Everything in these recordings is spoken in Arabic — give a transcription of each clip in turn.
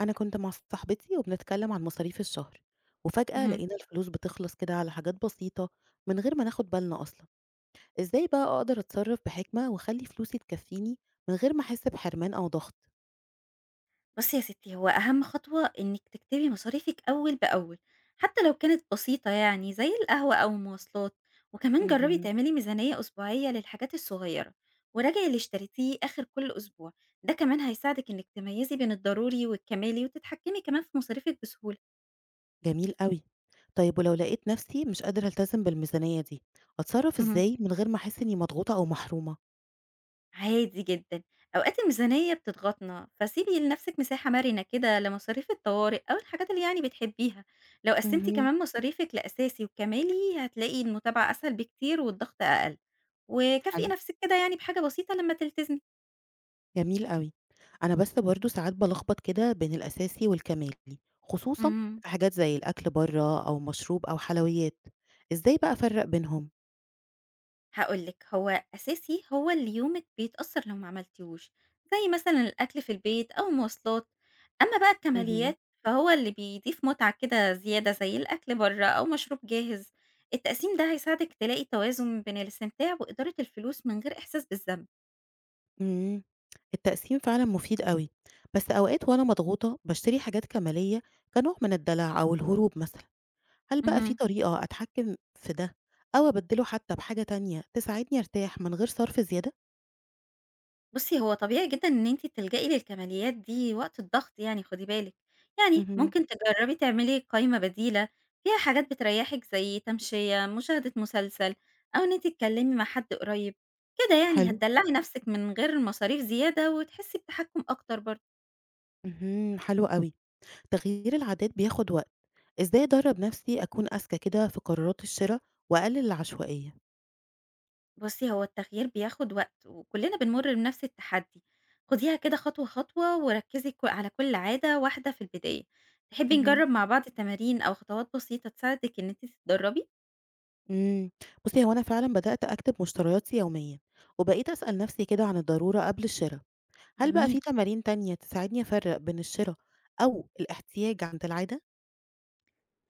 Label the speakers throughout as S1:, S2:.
S1: أنا كنت مع صاحبتي وبنتكلم عن مصاريف الشهر، وفجأة
S2: اهم.
S1: لقينا الفلوس بتخلص كده على حاجات بسيطة من غير ما ناخد بالنا أصلا. إزاي بقى أقدر أتصرف بحكمة وأخلي فلوسي تكفيني من غير ما أحس بحرمان أو ضغط؟
S2: بُصّي يا ستي، هو أهم خطوة إنِّك تكتبي مصاريفِك أول بأول، حتى لو كانت بسيطة يعني زي القهوة أو المواصلات، وكمان جرّبي
S1: مهم.
S2: تعملي ميزانية أسبوعية للحاجات الصغيرة، وراجعي اللي اشتريتيه آخر كل أسبوع، ده كمان هيساعدِك إنِّك تميّزي بين الضروري والكمالي وتتحكمي كمان في مصاريفِك بسهولة.
S1: جميل قوي. طيب ولو لقيت نفسي مش قادرة ألتزم بالميزانية دي أتصرف
S2: اهم.
S1: إزاي من غير ما أحس إني مضغوطة أو محرومة؟
S2: عادي جدًا، أوقات الميزانية بتضغطنا، فسيبي لنفسِك مساحة مرنة كده لمصاريف الطوارئ أو الحاجات اللي يعني بتحبيها، لو قسّمتِ
S1: مهم.
S2: كمان مصاريفِك لأساسي وكمالي هتلاقي المتابعة أسهل بكتير والضغط أقل، وكافئي
S1: حلو،
S2: نفسِك كده يعني بحاجة بسيطة لمّا تلتزمي.
S1: جميل أوي. أنا بس برضه ساعات بالخبط كده بين الأساسي والكمالي، خصوصًا
S2: إمم.
S1: في حاجات زي الأكل برّه أو مشروب أو حلويات، إزاي بقى أفرّق بينهم؟
S2: هاقول لِك، هو أساسي هو اللي يومِك بيتأثّر لو ما عملتيهوش، زي مثلًا الأكل في البيت أو المواصلات، أمّا بقى
S1: اهم،
S2: الكماليات فهو اللي بيضيف متعة كده زيادة زي الأكل برّه أو مشروب جاهز، التقسيم ده هيساعدِك تلاقي توازن بين الاستمتاع وإدارة الفلوس من غير إحساس بالذنب.
S1: إمم، التقسيم فعلًا مفيد أوي، بس أوقات وأنا مضغوطة باشتري حاجات كمالية كنوع من الدلع أو الهروب مثلًا، هل بقى في
S2: اهم.
S1: طريقة أتحكم في ده أو أبدّله حتى بحاجة تانية تساعدني أرتاح من غير صرف زيادة؟
S2: بُصّي، هو طبيعي جدًا إن أنتِ تلجئي للكماليات دي وقت الضغط يعني خدي بالِك، يعني
S1: اهم،
S2: ممكن تجرّبي تعملي قايمة بديلة فيها حاجات بتريّحِك زي تمشية، مشاهدة مسلسل، أو إن أنتِ تتكلمي مع حد قريب، كده يعني
S1: حلو،
S2: هتدلّعي نفسِك من غير مصاريف زيادة وتحسي بتحكُّم أكتر برضه.
S1: اهم، حلو أوي. تغيير العادات بياخد وقت، ازاي ادرب نفسي اكون اذكى كده في قرارات الشراء واقلل العشوائيه؟
S2: بُصّي، هو التغيير بياخد وقت وكلّنا بنمُر بنفس التحدي، خديها كده خطوة، خطوة وركّزي على كل عادة واحدة في البداية. تحبّي
S1: مهم.
S2: نجرّب مع بعض تمارين أو خطوات بسيطة تساعدِك إن أنتِ تتدرّبي؟
S1: امم بصي هو انا فعلا بدات اكتب مشترياتي يوميا وبقيت اسال نفسي كده عن الضروره قبل الشراء. هل بقى
S2: جميل.
S1: في تمارين تانية تساعدني افرق بين الشراء او الاحتياج عند العاده؟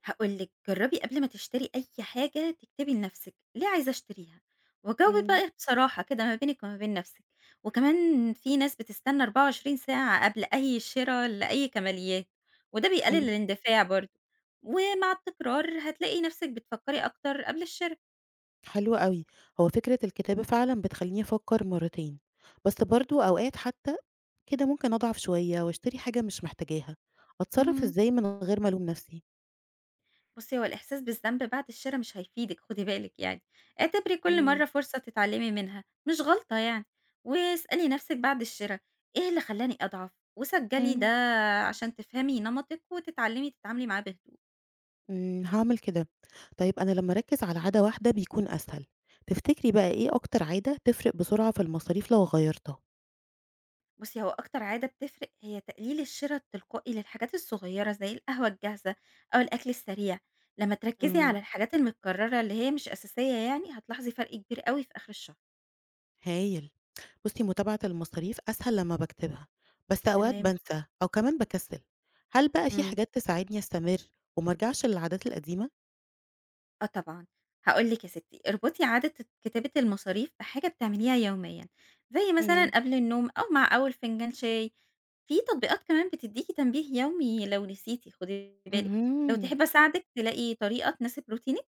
S2: هقول لك جربي قبل ما تشتري أي حاجة تكتبي لنفسك ليه عايزة أشتريها، وجاوبي
S1: مم.
S2: بقى بصراحة كده ما بينك وما بين نفسك، وكمان في ناس بتستنى 24 ساعة قبل أي شراء لأي كماليات، وده بيقلل
S1: حلو،
S2: الاندفاع برضه، ومع التكرار هتلاقي نفسك بتفكري أكتر قبل الشراء.
S1: حلو قوي. هو فكره الكتابه فعلا بتخليني افكر مرتين، بس برضو اوقات حتى كده ممكن اضعف شويه واشتري حاجه مش محتاجاها. اتصرف
S2: مهم.
S1: ازاي من غير ما الوم نفسي؟
S2: بُصّي، هو الإحساس بالذنب بعد الشرا مش هيفيدِك خدي بالِك يعني، اعتبري كل
S1: إمم،
S2: مرّة فرصة تتعلمي منها مش غلطة يعني، واسألي نفسِك بعد الشرا إيه اللي خلّاني أضعف، وسجّلي ده
S1: إمم،
S2: عشان تفهمي نمطِك وتتعلمي تتعاملي معاه بهدوء.
S1: إمم، هاعمل كده. طيب أنا لمّا أركّز على عادة واحدة بيكون أسهل، تفتكري بقى إيه أكتر عادة تفرق بسرعة في المصاريف لو غيّرتها؟
S2: بُصّي، هو أكتر عادة بتفرق هي تقليل الشرا التلقائي للحاجات الصغيرة زي القهوة الجاهزة أو الأكل السريع، لمّا تركّزي
S1: إمم.
S2: على الحاجات المتكررة اللي هي مش أساسية يعني هتلاحظي فرق كبير أوي في آخر الشهر.
S1: هايل. بُصّي، متابعة المصاريف أسهل لمّا باكتبها، بس أوقات
S2: تمام.
S1: بانسى أو كمان باكسّل. هل بقى في
S2: إمم.
S1: حاجات تساعدني أستمر وما أرجعش للعادات القديمة؟
S2: آه طبعًا، هاقول لِك يا ستي اربطي عادة كتابة المصاريف بحاجة بتعمليها يوميًا، زي
S1: إمم.
S2: مثلًا قبل النوم أو مع أول فنجان شاي، في تطبيقات كمان بتديكِ تنبيه يومي لو نسيتِ خدي بالِك، لو
S1: اهم،
S2: تحبي أساعدِك تلاقي طريقة تناسب روتينِك؟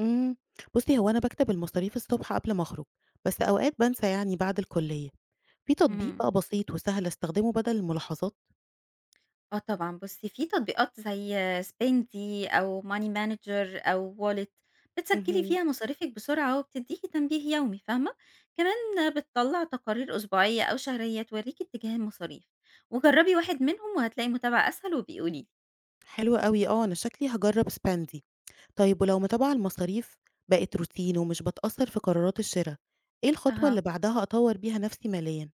S1: إمم. بُصّي، هو أنا باكتب المصاريف الصبح قبل ما أخرج، بس أوقات بانسى يعني بعد الكلية. في تطبيق
S2: اهم.
S1: بقى بسيط وسهل أستخدمه بدل الملاحظات؟
S2: آه طبعًا، بُصّي في تطبيقات زي Spendee أو Money Manager أو Wallet بتسجّلي
S1: اهم.
S2: فيها مصاريفِك بسرعة وبتدّيكِ تنبيه يومي فاهمة، كمان بتطلّع تقارير أسبوعية أو شهرية تورّيكِ اتجاه المصاريف، وجرّبي واحد منهم وهتلاقي متابعة أسهل وابقي قولي لي.
S1: حلو أوي، آه، أنا شكلي هاجرّب Spendee. طيب ولو متابعة المصاريف بقت روتين ومش باتأثّر في قرارات الشِرا، إيه الخطوة اللي
S2: أها.
S1: بعدها أطوّر بيها نَفْسي ماليًا؟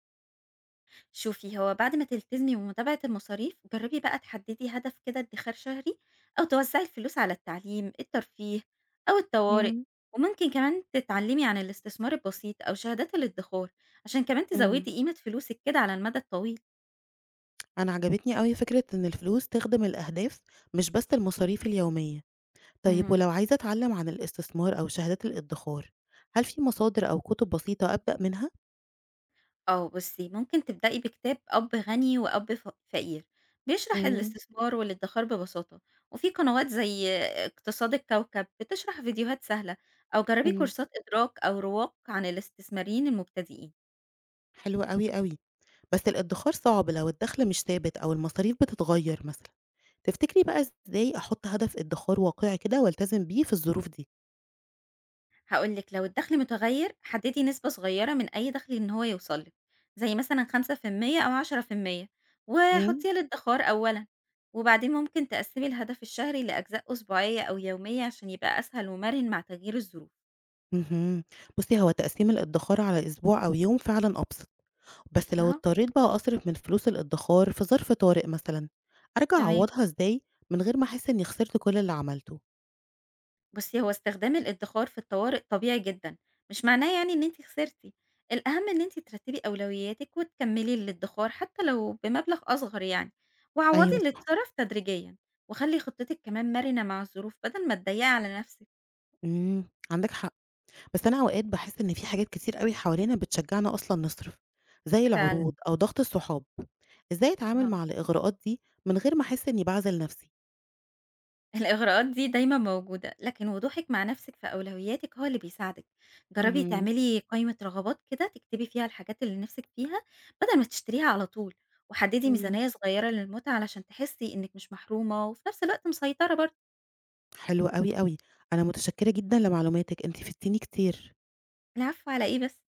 S2: شوفي هو بعد ما تلتزمي بمتابعة المصاريف جربي بقى تحددي هدف كده ادخار شهري، أو توزعي الفلوس على التعليم الترفيه أو الطوارئ،
S1: إمم.
S2: وممكن كمان تتعلمي عن الاستثمار البسيط أو شهادات الادخار عشان كمان
S1: إمم.
S2: تزودي قيمة فلوسك كده على المدى الطويل.
S1: أنا عجبتني أوي فكرة إن الفلوس تخدم الأهداف مش بس المصاريف اليومية. طيب
S2: مهم.
S1: ولو عايزة أتعلّم عن الاستثمار أو شهادات الإدّخار، هل في مصادر أو كُتب بسيطة أبدأ منها؟
S2: آه، بُصّي، ممكن تبدئي بكتاب أب غني وأب فقير، بيشرح
S1: إمم.
S2: الاستثمار والادخار ببساطة، وفي قنوات زي اقتصاد الكوكب بتشرح فيديوهات سهلة، أو جربي
S1: إمم.
S2: كورسات إدراك أو رواق عن الاستثماريين المبتدئين.
S1: حلو أوي، أوي. بس الإدّخار صعب لو الدَخْل مش ثابت أو المصاريف بتتغيّر مثلًا. تفتكري بقى إزاي أحُط هدف إدّخار واقعي كده والتزم بيه في الظروف دي؟
S2: هاقول لِك لو الدخل متغير حددي نسبة صغيرة من أي دخل إن هو يوصل لِك، زي مثلًا 5% أو 10%
S1: إمم.
S2: وحطيها للادخار أولًا، وبعدين ممكن تقسّمي الهدف الشهري لأجزاء أسبوعية أو يومية عشان يبقى أسهل ومرن مع تغيير الظروف.
S1: اهم. بُصّي، هو تقسيم الإدّخار على أسبوع أو يوم فعلًا أبسط، بس لو
S2: فها
S1: اضطريت بقى أصرف من فلوس الإدّخار في ظرف طارئ مثلًا، أرجع
S2: تمام.
S1: أعوّضها إزاي من غير ما أحس إنّي خسرت كل اللي عملته؟
S2: بُصّي، هو استخدام الإدّخار في الطوارئ طبيعي جدًا، مش معناه يعني إن أنتِ خسرتِ، الأهم إن أنتِ ترتّبي أولوياتِك وتكمّلي الإدّخار حتى لو بمبلغ أصغر يعني، وعوّضي
S1: أيوه
S2: اللي
S1: صح.
S2: اتصرف تدريجيًا، وخلّي خطتِك كمان مرنة مع الظروف بدل ما تضيّقي على نَفْسِك.
S1: إمم، عندِك حق. بس أنا أوقات باحس إن في حاجات كتير أوي حوالينا بتشجّعنا أصلًا نصرف، زي
S2: فعلًا،
S1: العروض أو ضغط الصحاب. إزاي أتعامل
S2: آه.
S1: مع الإغراءات دي من غير ما أحس إنّي باعزل نَفْسي؟
S2: الإغراءات دي دايمًا موجودة، لكن وضوحِك مع نَفْسِك في أولوياتِك هو اللي بيساعدِك. جرّبي
S1: اهم.
S2: تعملي قايمة رغبات كده تكتبي فيها الحاجات اللي نِفْسِك فيها بدل ما تشتريها على طول، وحدّدي
S1: إمم.
S2: ميزانية صغيرة للمُتعة علشان تحسّي إنِّك مش محرومة وفي نَفْس الوقت مسيطرة برضه.
S1: حلو أوي، أوي. أنا متشكرة جدًا لمعلوماتِك، أنتِ فدتيني كتير.
S2: العفو على إيه بس.